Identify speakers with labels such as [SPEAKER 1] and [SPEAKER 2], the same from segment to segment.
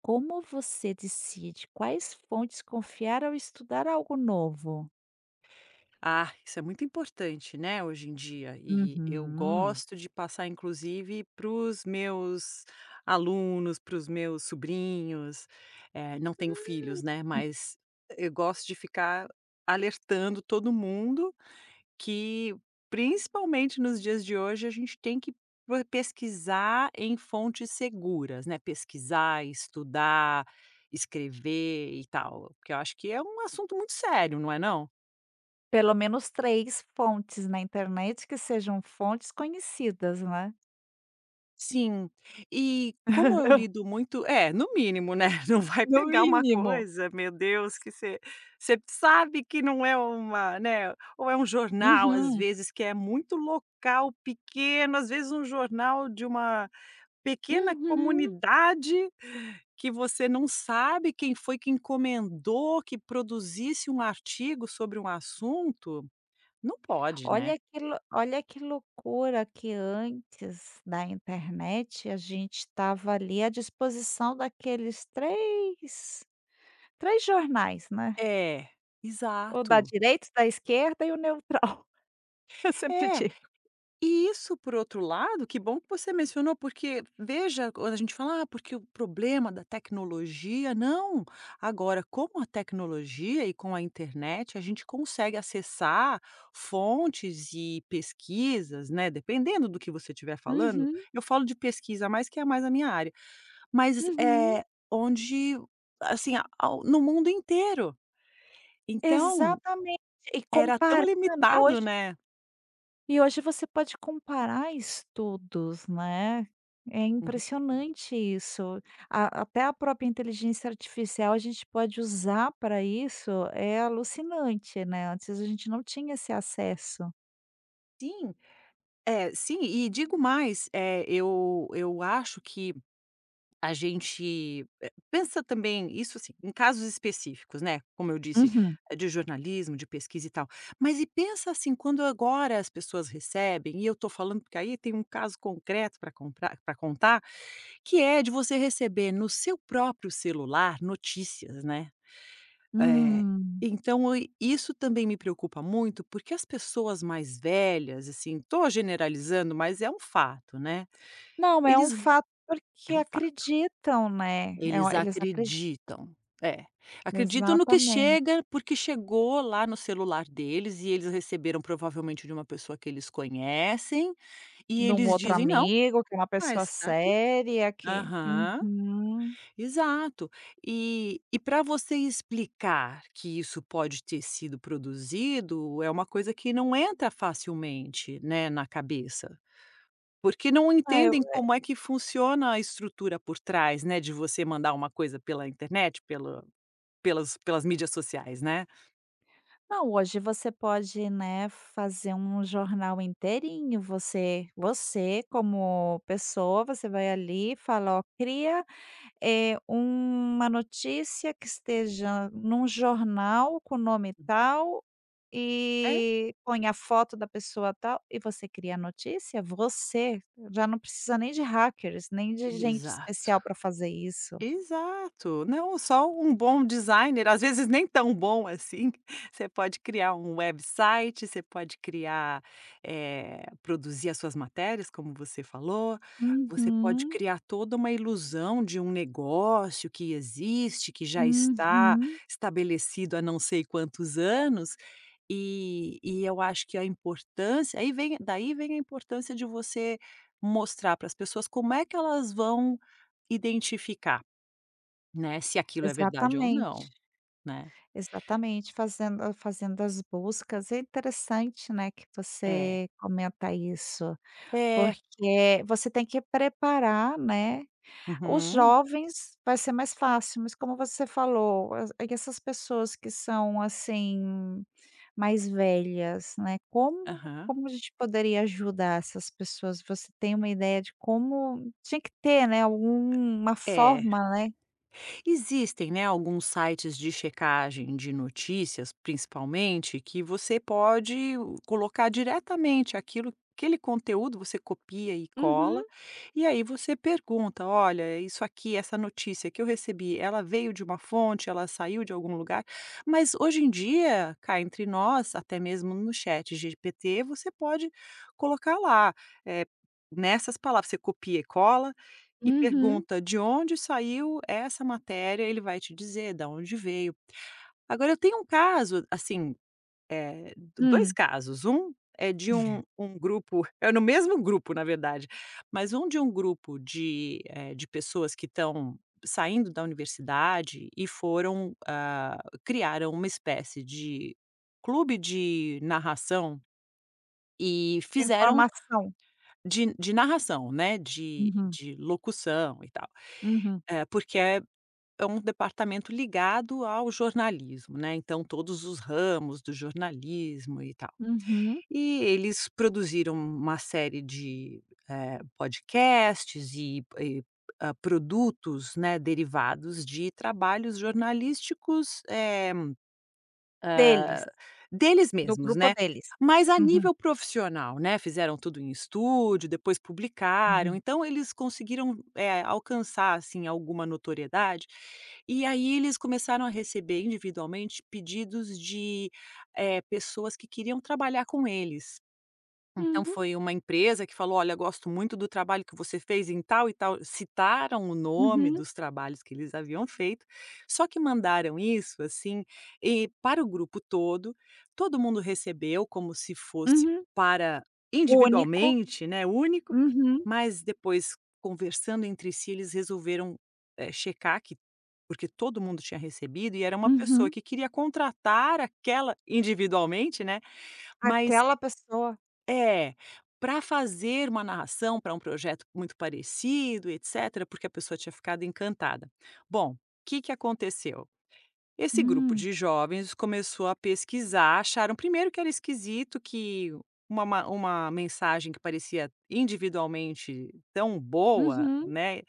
[SPEAKER 1] Como você decide quais fontes confiar ao estudar algo novo?
[SPEAKER 2] Ah, isso é muito importante, né, hoje em dia. E eu
[SPEAKER 1] Uhum.
[SPEAKER 2] gosto de passar, inclusive, para os meus alunos, para os meus sobrinhos. Não tenho filhos, né, mas eu gosto de ficar alertando todo mundo que, principalmente nos dias de hoje, a gente tem que pesquisar em fontes seguras, né? Pesquisar, estudar, escrever e tal. Porque eu acho que é um assunto muito sério, não é não?
[SPEAKER 1] Pelo menos 3 fontes na internet que sejam fontes conhecidas, né?
[SPEAKER 2] Sim. E como eu lido muito é, no mínimo, né, não vai
[SPEAKER 1] No
[SPEAKER 2] pegar uma
[SPEAKER 1] mínimo.
[SPEAKER 2] coisa, meu Deus, que você sabe que não é uma né, ou é um jornal, às
[SPEAKER 1] Uhum,
[SPEAKER 2] vezes, que é muito local, pequeno, às vezes um jornal de uma pequena
[SPEAKER 1] uhum.
[SPEAKER 2] comunidade que você não sabe quem foi que encomendou que produzisse um artigo sobre um assunto. Não pode, né.
[SPEAKER 1] Olha que loucura que antes da internet a gente estava ali à disposição daqueles três jornais, né?
[SPEAKER 2] É,
[SPEAKER 1] O da
[SPEAKER 2] exato.
[SPEAKER 1] direita, da esquerda e o neutral, eu sempre
[SPEAKER 2] É.
[SPEAKER 1] digo.
[SPEAKER 2] E isso, por outro lado, que bom que você mencionou, porque veja, quando a gente fala, ah, porque o problema da tecnologia, não. Agora, com a tecnologia e com a internet, a gente consegue acessar fontes e pesquisas, né? Dependendo do que você estiver falando,
[SPEAKER 1] Uhum.
[SPEAKER 2] eu falo de pesquisa mais que é mais a minha área, mas
[SPEAKER 1] Uhum,
[SPEAKER 2] é onde, assim, no mundo inteiro. Então,
[SPEAKER 1] exatamente. E
[SPEAKER 2] era tão
[SPEAKER 1] comparar, né,
[SPEAKER 2] limitado,
[SPEAKER 1] hoje
[SPEAKER 2] né?
[SPEAKER 1] e hoje você pode comparar estudos, né. É
[SPEAKER 2] Uhum.
[SPEAKER 1] impressionante isso. A até a própria inteligência artificial a gente pode usar para isso, é alucinante, né, antes a gente não tinha esse acesso.
[SPEAKER 2] Sim. É, sim, e digo mais, eu acho que a gente, pensa também isso, assim, em casos específicos, né, como eu disse,
[SPEAKER 1] Uhum.
[SPEAKER 2] de jornalismo, de pesquisa e tal. Mas e pensa, assim, quando agora as pessoas recebem, e eu estou falando porque aí tem um caso concreto para comprar para contar, que é de você receber no seu próprio celular notícias, né. É,
[SPEAKER 1] Hum.
[SPEAKER 2] então e isso também me preocupa muito, porque as pessoas mais velhas, assim, tô generalizando, mas é um fato, né,
[SPEAKER 1] Não, é um
[SPEAKER 2] eles re
[SPEAKER 1] fato porque
[SPEAKER 2] é um fato,
[SPEAKER 1] acreditam, né, é o
[SPEAKER 2] eles
[SPEAKER 1] eles acredi
[SPEAKER 2] acreditam. É, acreditam no que
[SPEAKER 1] exatamente.
[SPEAKER 2] chega, porque chegou lá no celular deles e eles receberam provavelmente de uma pessoa que eles conhecem, e
[SPEAKER 1] De um
[SPEAKER 2] eles
[SPEAKER 1] outro
[SPEAKER 2] dizem: "Não,
[SPEAKER 1] amigo, que é uma pessoa
[SPEAKER 2] mas tá aqui".
[SPEAKER 1] séria que
[SPEAKER 2] Aham.
[SPEAKER 1] uhum.
[SPEAKER 2] Exato. E para você explicar que isso pode ter sido produzido, é uma coisa que não entra facilmente, né, na cabeça. Porque não
[SPEAKER 1] Ah, eu
[SPEAKER 2] entendem como é que funciona a estrutura por trás, né, de você mandar uma coisa pela internet, pelas mídias sociais, né?
[SPEAKER 1] Não, hoje você pode, né, fazer um jornal inteirinho, você como pessoa, você vai ali e fala: "Ó, cria, uma notícia que esteja num jornal com o nome tal,
[SPEAKER 2] É?
[SPEAKER 1] e põe a foto da pessoa tal", e você cria a notícia, você, já não precisa nem de hackers, nem de gente
[SPEAKER 2] Exato.
[SPEAKER 1] especial para fazer isso.
[SPEAKER 2] Exato. Não, só um bom designer, às vezes nem tão bom assim, você pode criar um website, você pode criar, produzir as suas matérias, como você falou, você pode
[SPEAKER 1] Uhum,
[SPEAKER 2] criar toda uma ilusão de um negócio que existe, que já está
[SPEAKER 1] uhum.
[SPEAKER 2] estabelecido há não sei quantos anos, e eu acho que a importância aí vem daí vem a importância de você mostrar para as pessoas como é que elas vão identificar. Né, se aquilo é verdade ou
[SPEAKER 1] Exatamente,
[SPEAKER 2] não, né.
[SPEAKER 1] exatamente, fazendo as buscas. É interessante, né, que
[SPEAKER 2] É.
[SPEAKER 1] você comenta isso,
[SPEAKER 2] É.
[SPEAKER 1] porque você tem que preparar, né, os
[SPEAKER 2] Uhum.
[SPEAKER 1] jovens vai ser mais fácil, mas como você falou, as e essas pessoas que são, assim, mais velhas, né, como
[SPEAKER 2] Aham.
[SPEAKER 1] como a gente poderia ajudar essas pessoas? Você tem uma ideia de como tinha que ter, né, alguma
[SPEAKER 2] É.
[SPEAKER 1] forma, né.
[SPEAKER 2] Existem, né, alguns sites de checagem de notícias, principalmente, que você pode colocar diretamente aquilo aquele conteúdo você copia e
[SPEAKER 1] Uhum,
[SPEAKER 2] cola, e aí você pergunta: "Olha, isso aqui, essa notícia que eu recebi, ela veio de uma fonte, ela saiu de algum lugar?". Mas hoje em dia, cá entre nós, até mesmo no ChatGPT, você pode colocar lá, eh, nessas palavras, você copia e cola, e
[SPEAKER 1] uhum,
[SPEAKER 2] pergunta de onde saiu essa matéria, ele vai te dizer da onde veio. Agora eu tenho um caso, assim, eh, do 2
[SPEAKER 1] hum.
[SPEAKER 2] casos, um é de um grupo é no mesmo grupo na verdade, mas um de um grupo de, de pessoas que estão saindo da universidade e foram, criaram uma espécie de clube de narração e
[SPEAKER 1] De
[SPEAKER 2] fizeram
[SPEAKER 1] informação.
[SPEAKER 2] de narração, né, de
[SPEAKER 1] Uhum,
[SPEAKER 2] de locução e tal.
[SPEAKER 1] uhum,
[SPEAKER 2] Porque é um departamento ligado ao jornalismo, né, então todos os ramos do jornalismo e tal.
[SPEAKER 1] uhum.
[SPEAKER 2] E eles produziram uma série de, podcasts e produtos, né, derivados de trabalhos jornalísticos,
[SPEAKER 1] Deles,
[SPEAKER 2] Hã, deles
[SPEAKER 1] do
[SPEAKER 2] mesmos,
[SPEAKER 1] grupo
[SPEAKER 2] né.
[SPEAKER 1] deles.
[SPEAKER 2] Mas a
[SPEAKER 1] Uhum,
[SPEAKER 2] nível profissional, né, fizeram tudo em estúdio, depois publicaram,
[SPEAKER 1] uhum,
[SPEAKER 2] então eles conseguiram, alcançar, assim, alguma notoriedade, e aí eles começaram a receber individualmente pedidos de, pessoas que queriam trabalhar com eles. Então
[SPEAKER 1] uhum,
[SPEAKER 2] foi uma empresa que falou: "Olha, gosto muito do trabalho que você fez em tal e tal", citaram o nome
[SPEAKER 1] uhum,
[SPEAKER 2] dos trabalhos que eles haviam feito, só que mandaram isso, assim, e para o grupo todo, todo mundo recebeu como se fosse
[SPEAKER 1] uhum.
[SPEAKER 2] para
[SPEAKER 1] Único.
[SPEAKER 2] individualmente, né, único,
[SPEAKER 1] Uhum,
[SPEAKER 2] mas depois conversando entre si eles resolveram, checar que porque todo mundo tinha recebido e era uma pessoa
[SPEAKER 1] uhum.
[SPEAKER 2] que queria contratar aquela individualmente, né, mas
[SPEAKER 1] Aquela pessoa.
[SPEAKER 2] é, para fazer uma narração para um projeto muito parecido, etcétera, porque a pessoa tinha ficado encantada. Bom, o que que aconteceu? Esse grupo
[SPEAKER 1] Hum,
[SPEAKER 2] de jovens começou a pesquisar, acharam primeiro que era esquisito que uma mensagem que parecia individualmente tão boa,
[SPEAKER 1] uhum.
[SPEAKER 2] né,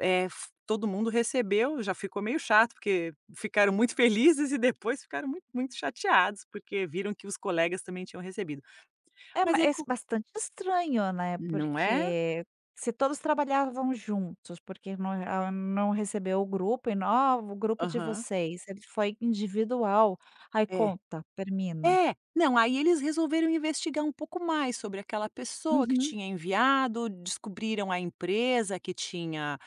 [SPEAKER 2] eh, f todo mundo recebeu, já ficou meio chato, porque ficaram muito felizes e depois ficaram muito, muito chateados, porque viram que os colegas também tinham recebido.
[SPEAKER 1] É,
[SPEAKER 2] Mas
[SPEAKER 1] ma
[SPEAKER 2] aí
[SPEAKER 1] é
[SPEAKER 2] co
[SPEAKER 1] bastante estranho, né,
[SPEAKER 2] não é?
[SPEAKER 1] porque se todos trabalhavam juntos, porque não a não recebeu o grupo e não "Ah, o grupo de
[SPEAKER 2] Aham.
[SPEAKER 1] vocês", ele foi individual. Aí
[SPEAKER 2] É.
[SPEAKER 1] conta, termina.
[SPEAKER 2] É, não, aí eles resolveram investigar um pouco mais sobre aquela pessoa que
[SPEAKER 1] Uhum.
[SPEAKER 2] tinha enviado, descobriram a empresa que tinha,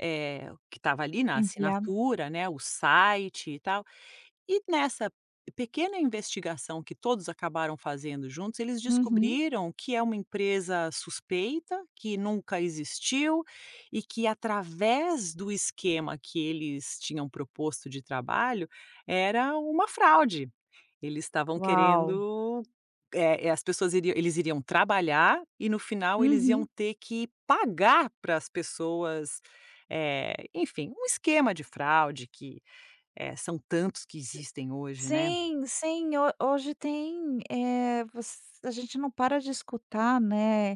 [SPEAKER 2] que estava ali na
[SPEAKER 1] Enviar.
[SPEAKER 2] assinatura, né, o site e tal. E nessa pequena investigação que todos acabaram fazendo juntos, eles
[SPEAKER 1] Uhum.
[SPEAKER 2] descobriram que é uma empresa suspeita, que nunca existiu e que, através do esquema que eles tinham proposto de trabalho, era uma fraude. Eles estavam
[SPEAKER 1] Uau!
[SPEAKER 2] querendo. As pessoas iriam, eles iriam trabalhar e no final eles iam
[SPEAKER 1] Uhum.
[SPEAKER 2] ter que pagar para as pessoas, enfim, um esquema de fraude que é, são tantos que existem hoje, né.
[SPEAKER 1] Sim, sim, ho hoje tem, eh, voc a gente não para de escutar, né,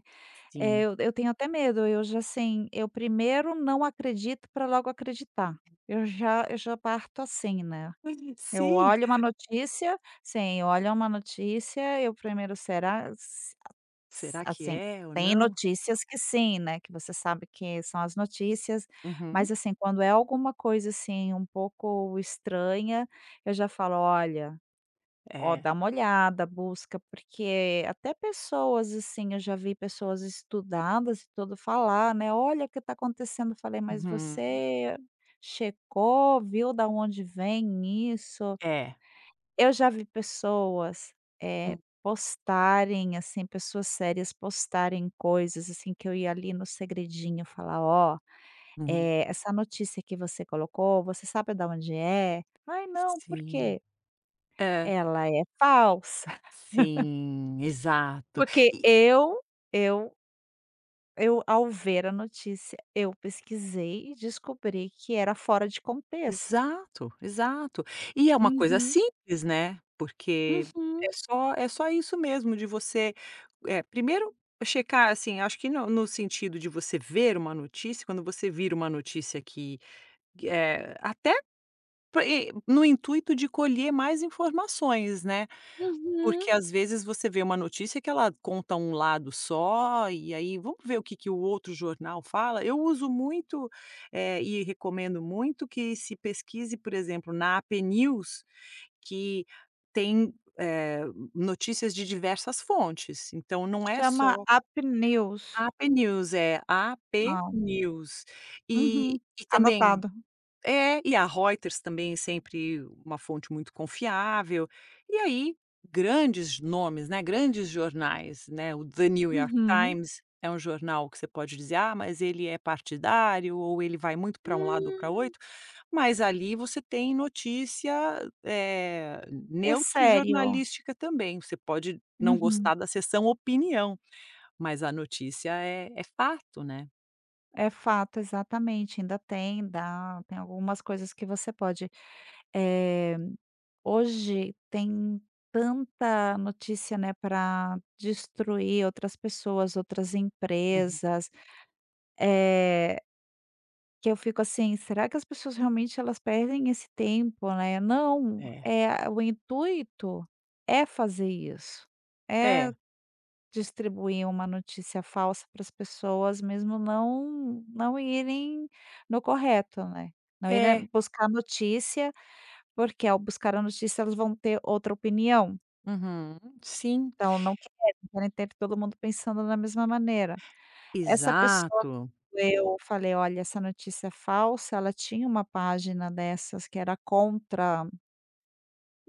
[SPEAKER 2] Sim.
[SPEAKER 1] eu tenho até medo, eu já assim, eu primeiro não acredito para logo acreditar. Eu já parto assim, né. Eu
[SPEAKER 2] Sim.
[SPEAKER 1] olho uma notícia sim, eu olho uma notícia, eu primeiro: "Será? S
[SPEAKER 2] Será que
[SPEAKER 1] assim,
[SPEAKER 2] é ou
[SPEAKER 1] tem
[SPEAKER 2] não?
[SPEAKER 1] notícias que sim, né, que você sabe que são as notícias,
[SPEAKER 2] Uhum.
[SPEAKER 1] mas assim, quando é alguma coisa, assim, um pouco estranha, eu já falo: "Olha, ó,
[SPEAKER 2] É.
[SPEAKER 1] dá uma olhada, busca", porque até pessoas, assim, eu já vi pessoas estudadas e tudo falar, né: "Olha o que tá acontecendo", eu falei: "Mas
[SPEAKER 2] Uhum.
[SPEAKER 1] você checou, viu da onde vem isso?"
[SPEAKER 2] É.
[SPEAKER 1] Eu já vi pessoas, eh,
[SPEAKER 2] Hum.
[SPEAKER 1] postarem, assim, pessoas sérias postarem coisas, assim, que eu ia ali no segredinho falar: "Ó,
[SPEAKER 2] Uhum.
[SPEAKER 1] essa notícia que você colocou, você sabe da onde é?". "Ai não, por
[SPEAKER 2] Sim.
[SPEAKER 1] quê?".
[SPEAKER 2] É.
[SPEAKER 1] "Ela é falsa".
[SPEAKER 2] Sim, exato.
[SPEAKER 1] Porque
[SPEAKER 2] E
[SPEAKER 1] eu eu ao ver a notícia, eu pesquisei e descobri que era fora de contexto.
[SPEAKER 2] exato, exato. E é uma coisa
[SPEAKER 1] Uhum,
[SPEAKER 2] simples, né, porque
[SPEAKER 1] uhum,
[SPEAKER 2] é só isso mesmo de você, primeiro checar, assim, acho que no sentido de você ver uma notícia, quando você vira uma notícia que, é até Pra e no intuito de colher mais informações, né, porque
[SPEAKER 1] uhum.
[SPEAKER 2] às vezes você vê uma notícia que ela conta um lado só, e aí vamos ver o que que o outro jornal fala. Eu uso muito, e recomendo muito que se pesquise, por exemplo, na AP News, que tem, eh, notícias de diversas fontes, então não é
[SPEAKER 1] Chama
[SPEAKER 2] só
[SPEAKER 1] Apneus.
[SPEAKER 2] AP News, é AP News. E
[SPEAKER 1] Uhum,
[SPEAKER 2] e também
[SPEAKER 1] anotado.
[SPEAKER 2] e a Reuters também é sempre uma fonte muito confiável. E aí, grandes nomes, né, grandes jornais, né, o The New York
[SPEAKER 1] Uhum.
[SPEAKER 2] Times é um jornal que você pode dizer: "Ah, mas ele é partidário ou ele vai muito para um lado ou para
[SPEAKER 1] Hum.
[SPEAKER 2] outro", mas ali você tem notícia, eh,
[SPEAKER 1] É
[SPEAKER 2] neutra e
[SPEAKER 1] sério.
[SPEAKER 2] jornalística também. Você pode não
[SPEAKER 1] Uhum.
[SPEAKER 2] gostar da seção opinião, mas a notícia é fato, né.
[SPEAKER 1] É fato, exatamente, ainda tem, dá tem algumas coisas que você pode, eh, hoje tem tanta notícia, né, para destruir outras pessoas, outras
[SPEAKER 2] Uhum.
[SPEAKER 1] empresas, eh, que eu fico assim: "Será que as pessoas realmente elas perdem esse tempo, né?" Não,
[SPEAKER 2] É,
[SPEAKER 1] é o intuito é fazer isso, é
[SPEAKER 2] é,
[SPEAKER 1] distribuir uma notícia falsa para as pessoas, mesmo não irem no correto, né. Não
[SPEAKER 2] é.
[SPEAKER 1] irem buscar a notícia, porque ao buscar a notícia elas vão ter outra opinião,
[SPEAKER 2] Uhum. Sim,
[SPEAKER 1] então não querem, querem ter todo mundo pensando da mesma maneira. Essa pessoa
[SPEAKER 2] exato.
[SPEAKER 1] que eu falei: "Olha, essa notícia é falsa", ela tinha uma página dessas que era contra.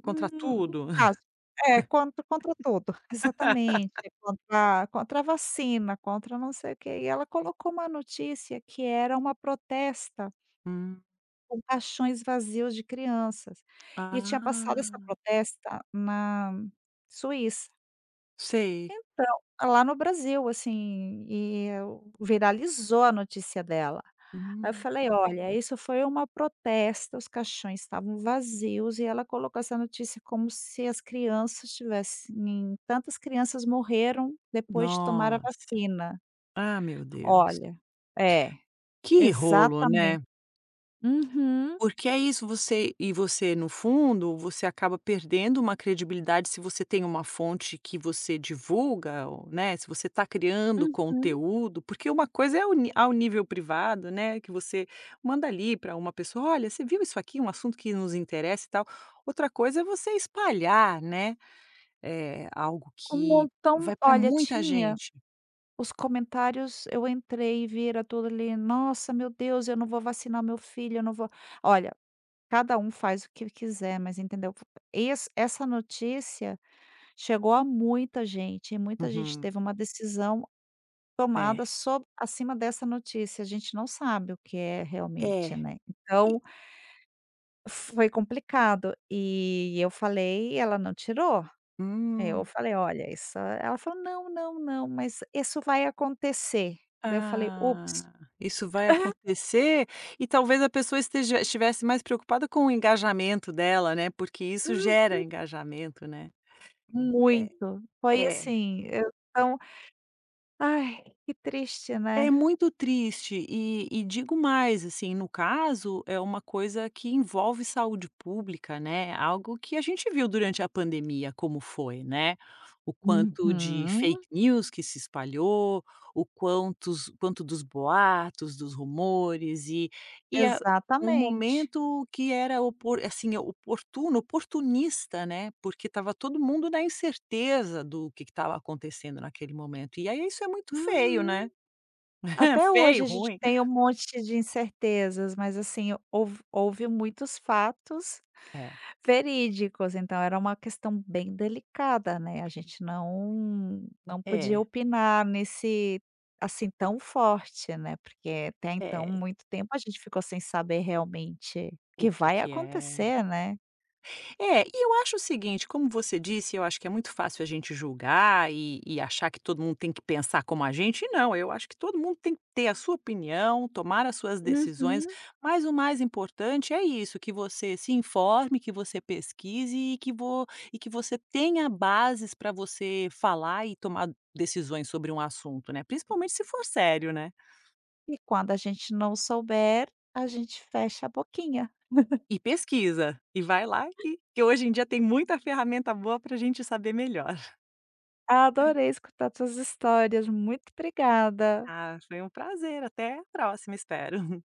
[SPEAKER 2] Contra
[SPEAKER 1] No
[SPEAKER 2] tudo.
[SPEAKER 1] caso é, contra tudo, exatamente, contra a vacina, contra não sei o quê, e ela colocou uma notícia que era uma protesta
[SPEAKER 2] Hum.
[SPEAKER 1] com caixões vazios de crianças, e tinha passado essa
[SPEAKER 2] Ah,
[SPEAKER 1] protesta na Suíça.
[SPEAKER 2] sei.
[SPEAKER 1] Então, lá no Brasil, assim, e eu viralizou a notícia dela. Aí eu
[SPEAKER 2] Hum.
[SPEAKER 1] falei: "Olha, isso foi uma protesta, os caixões estavam vazios e ela colocou essa notícia como se as crianças tivessem tantas crianças morreram depois de tomar a
[SPEAKER 2] Nossa.
[SPEAKER 1] vacina".
[SPEAKER 2] Ah, meu Deus.
[SPEAKER 1] Olha é,
[SPEAKER 2] Que rolo,
[SPEAKER 1] exatamente.
[SPEAKER 2] né?
[SPEAKER 1] Uhum,
[SPEAKER 2] Porque é isso, você no fundo, você acaba perdendo uma credibilidade se você tem uma fonte que você divulga, ou, né, se você está criando
[SPEAKER 1] uhum.
[SPEAKER 2] conteúdo, porque uma coisa é ao nível privado, né, que você manda ali para uma pessoa: "Olha, você viu isso aqui, um assunto que nos interessa e tal". Outra coisa é você espalhar, né, é algo
[SPEAKER 1] Um
[SPEAKER 2] que
[SPEAKER 1] montão,
[SPEAKER 2] vai para
[SPEAKER 1] olha,
[SPEAKER 2] muita
[SPEAKER 1] tinha.
[SPEAKER 2] gente.
[SPEAKER 1] Os comentários eu entrei e vira tudo ali: "Nossa, meu Deus, eu não vou vacinar meu filho, eu não vou". Olha, cada um faz o que quiser, mas entendeu? Es Essa notícia chegou a muita gente e muita gente
[SPEAKER 2] Uhum.
[SPEAKER 1] teve uma decisão
[SPEAKER 2] É.
[SPEAKER 1] tomada sob acima dessa notícia, a gente não sabe o que é realmente,
[SPEAKER 2] É.
[SPEAKER 1] né.
[SPEAKER 2] E
[SPEAKER 1] Então, foi complicado e eu falei e ela não tirou. Eu
[SPEAKER 2] Hum.
[SPEAKER 1] falei: "Olha, isso" ela falou: "Não, não, não, mas isso vai acontecer". Daí eu falei: "Ups".
[SPEAKER 2] Ah, isso vai acontecer e talvez a pessoa esteja estivesse mais preocupada com o engajamento dela, né, porque isso
[SPEAKER 1] Hum,
[SPEAKER 2] gera engajamento, né. É.
[SPEAKER 1] muito. Foi
[SPEAKER 2] É.
[SPEAKER 1] assim, eu então, ai, que triste, né?
[SPEAKER 2] É muito triste e digo mais, assim, no caso, é uma coisa que envolve saúde pública, né, algo que a gente viu durante a pandemia como foi, né, o quanto de
[SPEAKER 1] Uhum.
[SPEAKER 2] fake news que se espalhou, o quantos quanto dos boatos, dos rumores e a um
[SPEAKER 1] Exatamente.
[SPEAKER 2] momento que era opor assim, oportuno, oportunista, né, porque estava todo mundo na incerteza do que estava acontecendo naquele momento, e aí isso é muito feio, né.
[SPEAKER 1] Uhum. Até hoje
[SPEAKER 2] Feio,
[SPEAKER 1] a gente
[SPEAKER 2] ruim.
[SPEAKER 1] tem um monte de incertezas, mas assim, houve muitos fatos
[SPEAKER 2] É,
[SPEAKER 1] verídicos, então era uma questão bem delicada, né, a gente não podia
[SPEAKER 2] é,
[SPEAKER 1] opinar nesse, assim, tão forte, né, porque até então,
[SPEAKER 2] é.
[SPEAKER 1] muito tempo a gente ficou sem saber realmente o
[SPEAKER 2] O
[SPEAKER 1] que
[SPEAKER 2] que
[SPEAKER 1] vai
[SPEAKER 2] que é
[SPEAKER 1] acontecer, né.
[SPEAKER 2] É, e eu acho o seguinte, como você disse, eu acho que é muito fácil a gente julgar e achar que todo mundo tem que pensar como a gente, não, eu acho que todo mundo tem que ter a sua opinião, tomar as suas decisões,
[SPEAKER 1] Uhum.
[SPEAKER 2] mas o mais importante é isso, que você se informe, que você pesquise e que vo e que você tenha bases para você falar e tomar decisões sobre um assunto, né, principalmente se for sério, né.
[SPEAKER 1] E quando a gente não souber, a gente fecha a boquinha.
[SPEAKER 2] E pesquisa, e vai lá e que hoje em dia tem muita ferramenta boa para a gente saber melhor.
[SPEAKER 1] Adorei escutar suas histórias, muito obrigada.
[SPEAKER 2] Ah, foi um prazer, até a próxima, espero.